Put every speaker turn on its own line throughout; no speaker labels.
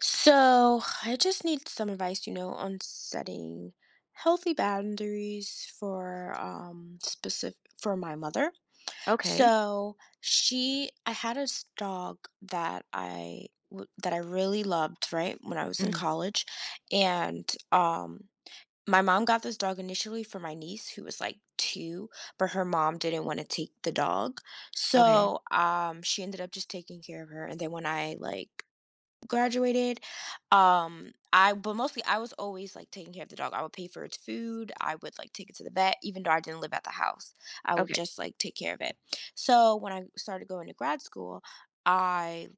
So, I just need some advice, you know, on setting healthy boundaries for specific for my mother.
Okay.
So, she I had a dog that that I really loved, right, when I was in
Mhm.
college, and my mom got this dog initially for my niece who was like 2, but her mom didn't want to take the dog.
Okay.
So, she ended up just taking care of her and then when I like graduated. I But mostly I was always like taking care of the dog. I would pay for its food. I would like take it to the vet, even though I didn't live at the house. I would
Okay.
just like take care of it. So when I started going to grad school, I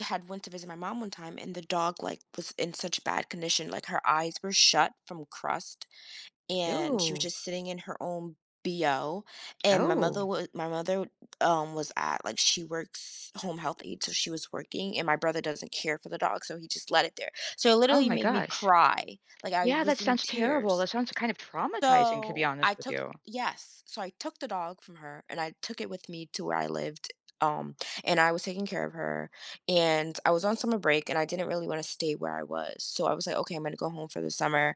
had went to visit my mom one time and the dog like was in such bad condition, like her eyes were shut from crust and she was
Ew.
just sitting in her own BO and
Oh.
my mother was at like, she works home health aide, so she was working and my brother doesn't care for the dog, so he just let it there. So it
Oh
literally
my
made me
gosh.
cry. Like I
Yeah, that
was in
sounds terrible. That
tears.
sounds kind of traumatizing, to be
So
honest with you.
I took the dog from her and I took it with me to where I lived um and I was taking care of her and I was on summer break and I didn't really want to stay where I was. So I was like, okay, I'm going to go home for the summer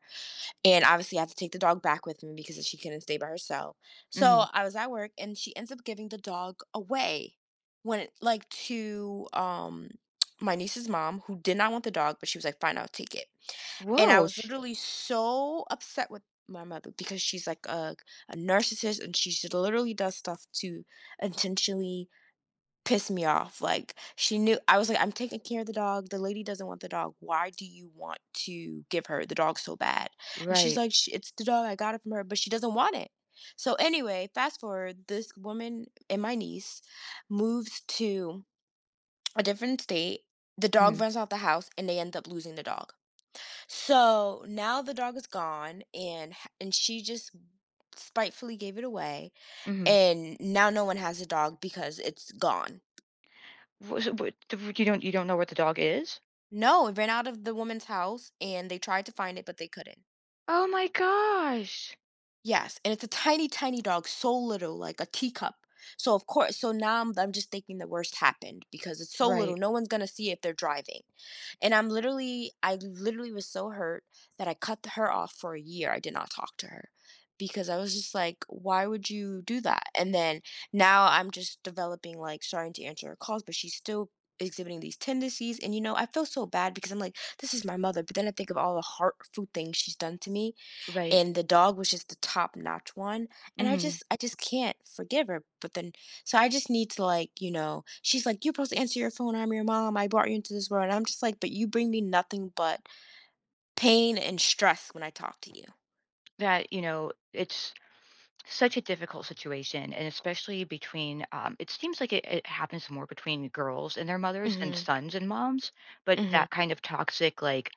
and obviously, I had to take the dog back with me because she couldn't stay by herself. So
Mhm.
I was at work, and she ends up giving the dog away to my niece's mom, who did not want the dog, but she was like, "Fine, I'll take it." And I
Whoa.
was
Sh
literally so upset with my mother because she's like a narcissist, and she should literally does stuff to intentionally pissed me off. Like she knew I was like, I'm taking care of the dog. The lady doesn't want the dog. Why do you want to give her the dog so bad? And she's
right.
like, " it's the dog. I got it from her, but she doesn't want it." So anyway, fast forward, this woman and my niece moves to a different state. The dog
Mhm.
runs off the house and they end up losing the dog. So now the dog is gone and and she just spitefully gave it away
Mhm.
and now no one has the dog because it's gone.
Wha So what the you don't, you don't know what the dog is?
No, it ran out of the woman's house, and they tried to find it, but they couldn't.
Oh my gosh.
Yes, and it's a tiny, tiny dog, so little, like a teacup. So of course, so now I'm just thinking the worst happened because it's so
Right.
little. No one's gonna see if they're driving. And I literally was so hurt that I cut her off for a year. I did not talk to her because I was just like, why would you do that? And then now I'm just developing, like, starting to answer her calls, but she's still exhibiting these tendencies. And, you know, I feel so bad because I'm like, this is my mother. But then I think of all the heart food things she's done to me
Right.
and the dog was just the top notch one and i
Mhm.
just i just can't forgive her but then so I just need to, like, you know, she's like, "You're supposed to answer your phone, I'm your mom, I brought you into this world," and I'm just like, but you bring me nothing but pain and stress when I talk to you.
It's such a difficult situation, and especially between, it seems like it happens more between girls and their mothers than
Mhm.
sons and moms, but
Mhm.
that kind of toxic, like,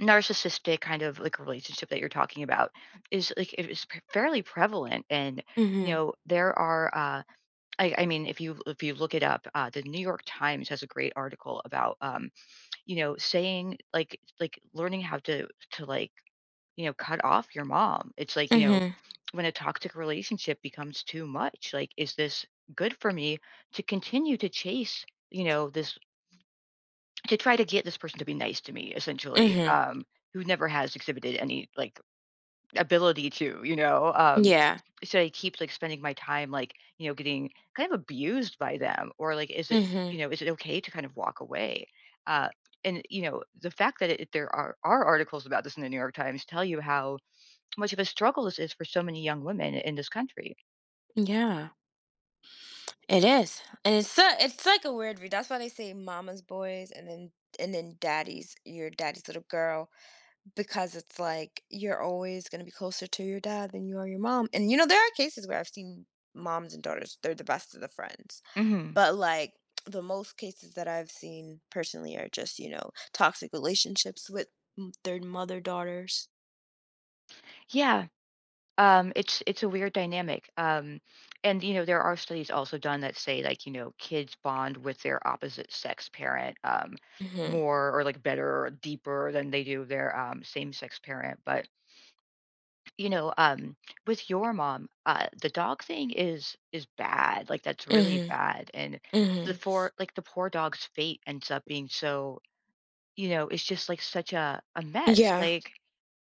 narcissistic kind of like relationship that you're talking about is like it is fairly prevalent. And
Mhm.
there are I mean, if you, if you look it up, the New York Times has a great article about saying like learning how to like, you know, cut off your mom. It's like, you know,
Mhm.
when a toxic relationship becomes too much, like, is this good for me to continue to chase, you know, this, to try to get this person to be nice to me, essentially,
Mhm.
who never has exhibited any, like, ability to, you know,
Yeah.
so I keep, like, spending my time, like, you know, getting kind of abused by them, or, like, is it,
Mhm.
you know, is it okay to kind of walk away? Uh, and, you know, the fact that it there are articles about this in the New York Times tell you how much of a struggle this is for so many young women in this country.
Yeah, it is and it's so, it's like a weird view, that's why they say mama's boys and then daddy's your daddy's little girl because it's like you're always going to be closer to your dad than you are your mom. And you know, there are cases where I've seen moms and daughters, they're the best of the friends.
Mhm.
But like the most cases that I've seen personally are just, you know, toxic relationships with their mother daughters.
Yeah. It's a weird dynamic, and, you know, there are studies also done that say, like, you know, kids bond with their opposite sex parent,
Mm-hmm.
more or, like, better or deeper than they do their, same-sex parent, but, you know, with your mom, the dog thing is bad, like, that's really bad, and the
Mm-hmm.
for like, the poor dog's fate ends up being so, you know, it's just, like, such a mess,
Yeah.
like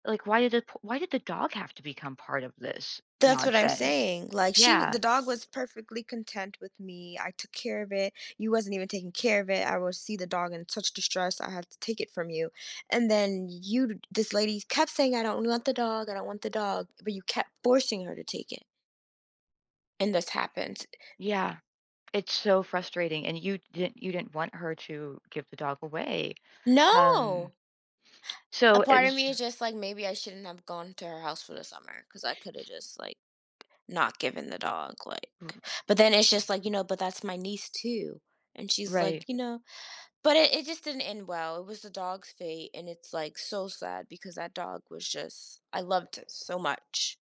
like, why did the p why did the dog have to become part of this
That's what I'm
nonsense?
saying, like, she w
Yeah,
the dog was perfectly content with me, I took care of it, you wasn't even taking care of it, I would see the dog in such distress, I had to take it from you, and then you d this lady kept saying, "I don't want the dog, I don't want the dog," but you kept forcing her to take it, and this happened.
yeah, it's so frustrating, and you didn't want her to give the dog away, um,
No! A
so
part of
it's
me is just like, maybe I shouldn't have gone to her house for the summer because I coulda just, like, not given the dog, like, but then it's just like, you know, "But that's my niece too," and she's like,
right.
"You know." But it just didn't end well. It was the dog's fate, and it's, like, so sad because that dog was just I loved it so much,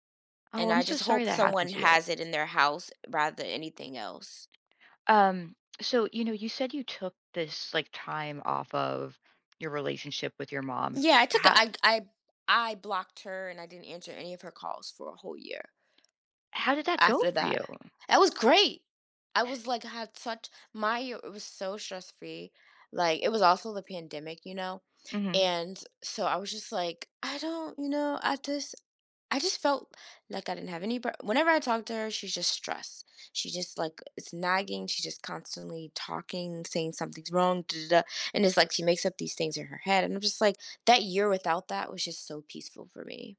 Oh,
and
I'm
I
so
just
sorry
hope
that happened
someone
to you.
has it in their house rather than anything else.
So, you know, you said you took this, like, time off of your relationship with your mom.
Yeah, I took a
How
I blocked her, and I didn't answer any of her calls for a whole year
how did that go
after
for
that.
you?
That was great. I was, like, had such my year, it was so stress free, like, it was also the pandemic, you know,
Mhm.
and so I was just like, "I don't, you know, I just felt like I didn't have any. Whenever I talked to her, she's just stressed. She just like it's nagging. She's just constantly talking, saying something's wrong, da, da, da." And it's like she makes up these things in her head. And I'm just like, that year without that was just so peaceful for me.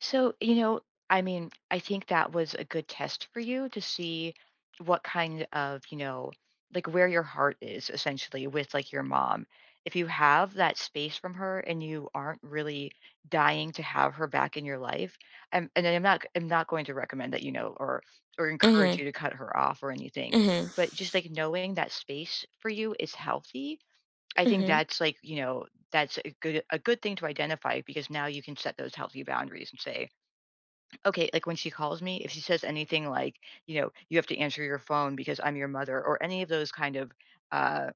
So, you know, I mean, I think that was a good test for you to see what kind of, you know, like, where your heart is essentially with, like, your mom. If you have that space from her and you aren't really dying to have her back in your life, and I'm not going to recommend that, you know, or encourage
Mhm.
you to cut her off or anything.
Mhm.
But just like knowing that space for you is healthy, I think
Mhm.
that's like, you know, that's a good thing to identify because now you can set those healthy boundaries and say, okay, like, when she calls me, if she says anything like, you know, "You have to answer your phone because I'm your mother," or any of those kind of, uh,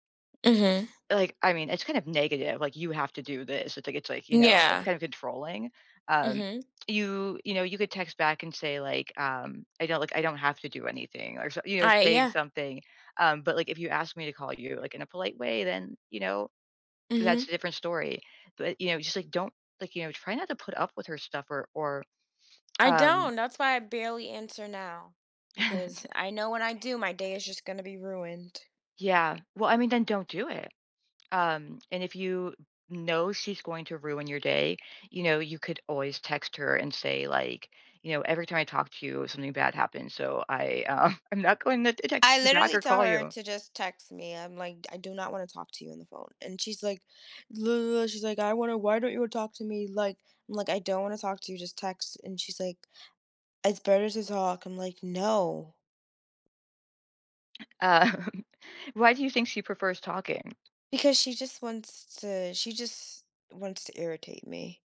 Mhm.
like, I mean, it's kind of negative, like, "You have to do this." It's like, it's like, you know, it's
Yeah.
kind of controlling. Um,
Mhm.
you, you know, you could text back and say, like, "I don't, like, I don't have to do anything," or, so, you know,
I
saying
Yeah.
something. But, like, if you ask me to call you, like, in a polite way, then, you know, that's
Mhm.
a different story. But, you know, just, like, don't, like, you know, try not to put up with her stuff or,
I
um
don't. That's why I barely answer now because I know when I do, my day is just gonna be ruined.
Yeah. Well, I mean, then don't do it. And if you know she's going to ruin your day, you know, you could always text her and say, like, you know, every time I talk to you, something bad happens. So I, I'm not going to text
I
you back
literally
or
tell
call
her
you.
to just text me. I'm like, "I do not wanna talk to you on the phone," and she's like, "Ugh," she's like, "I wanna why don't you wanna talk to me?" Like, I'm like, "I don't wanna talk to you, just text," and she's like, "It's better to talk." I'm like, "No."
Um, why do you think she prefers talking?
Because she just wants to irritate me,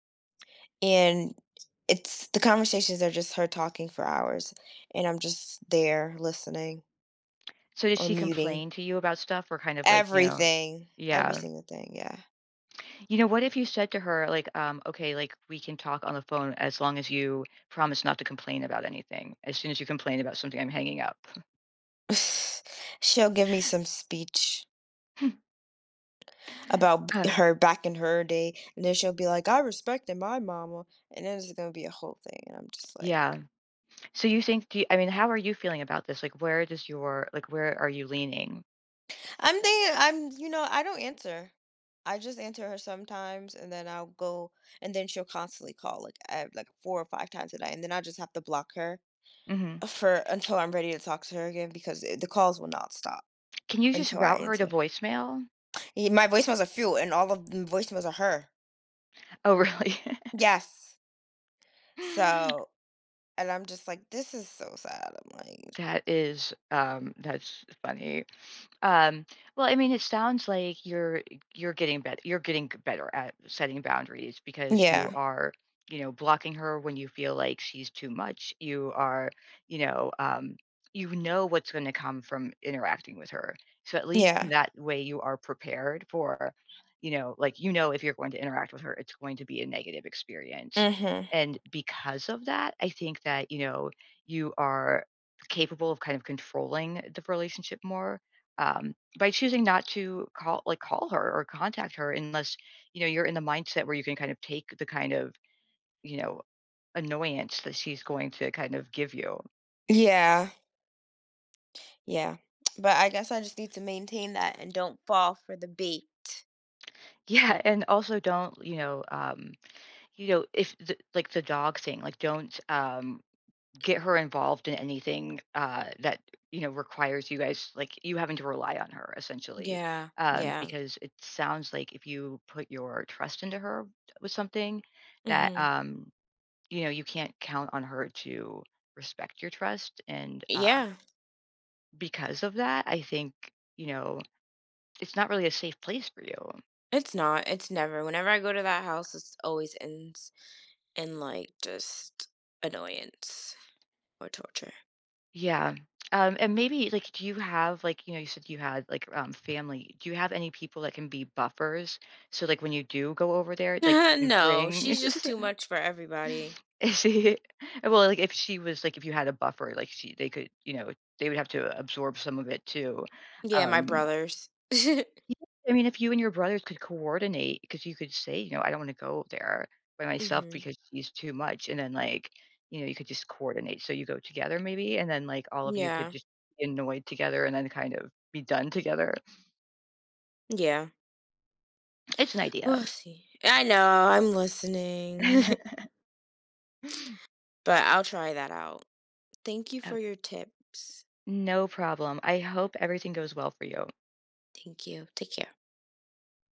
and it's the conversations are just her talking for hours, and I'm just there listening
So does
or
she
muting
complain to you about stuff or kind of like, you know,
everything, every
Yeah.
single thing, yeah.
You know, what if you said to her, like, okay, like, we can talk on the phone as long as you promise not to complain about anything. As soon as you complain about something, I'm hanging up.
She'll give me some speech about
Uh,
her back in her day, and then she'll be like, "I respected my mama," and then it's gonna be a whole thing, and I'm just like,
yeah. So you think, do you, I mean, how are you feeling about this? Like, where does your, like, where are you leaning?
I'm, you know, I don't answer. I just answer her sometimes, and then I'll go, and then she'll constantly call like 4 or 5 times a day, and then I just have to block her
Hmm.
for until I'm ready to talk to her again because the calls will not stop
Can you just
until I
route her to
answer.
voicemail?
My voicemails are few, and all of the voicemails are her.
Oh, really?
Yes. So. And I'm just like, "This is so sad." I'm like,
That is that's funny. Um, well, I mean, it sounds like you're getting better. You're getting better at setting boundaries because you
yeah,
are, you know, blocking her when you feel like she's too much. You are, you know, um, you know what's going to come from interacting with her. So at least in
yeah,
that way, you are prepared for, you know, like, you know, if you're going to interact with her, it's going to be a negative experience.
mhm.
And because of that, I think that, you know, you are capable of kind of controlling the relationship more, by choosing not to call, like, call her or contact her unless you know you're in the mindset where you can kind of take the kind of, you know, annoyance that she's going to kind of give you,
Yeah, yeah. But I guess I just need to maintain that and don't fall for the bait.
yeah, and also don't, you know, you know if the, like, the dog thing, like, don't, get her involved in anything that, you know, requires you guys, like, you having to rely on her essentially,
Yeah, yeah,
because it sounds like if you put your trust into her with something that,
mhm.
you know, you can't count on her to respect your trust. And
Yeah,
because of that, I think, you know, it's not really a safe place for you.
it's not, it's never, whenever I go to that house, it's always ends in, like, just annoyance or torture.
Yeah. And maybe, like, do you have like, you know, you said you had like, family. Do you have any people that can be buffers? So, like, when you do go over there, like, you can
No,
bring.
she's just too much for everybody.
Is she? Well, like, if she was, like, if you had a buffer, like, she they could, you know, they would have to absorb some of it too.
Yeah, my
Um,
brothers.
Yeah, I mean, if you and your brothers could coordinate, because you could say, you know, I don't want to go there by myself
Mhm.
because she's too much. And then, like, you know, you could just coordinate. So you go together, maybe. And then, like, all of you could
Yeah,
just be annoyed together and then kind of be done together.
yeah.
It's an idea.
We'll see. I know, I'm listening, but I'll try that out. Thank you for
Okay.
your tips.
No problem. I hope everything goes well for you.
Thank you. Take care.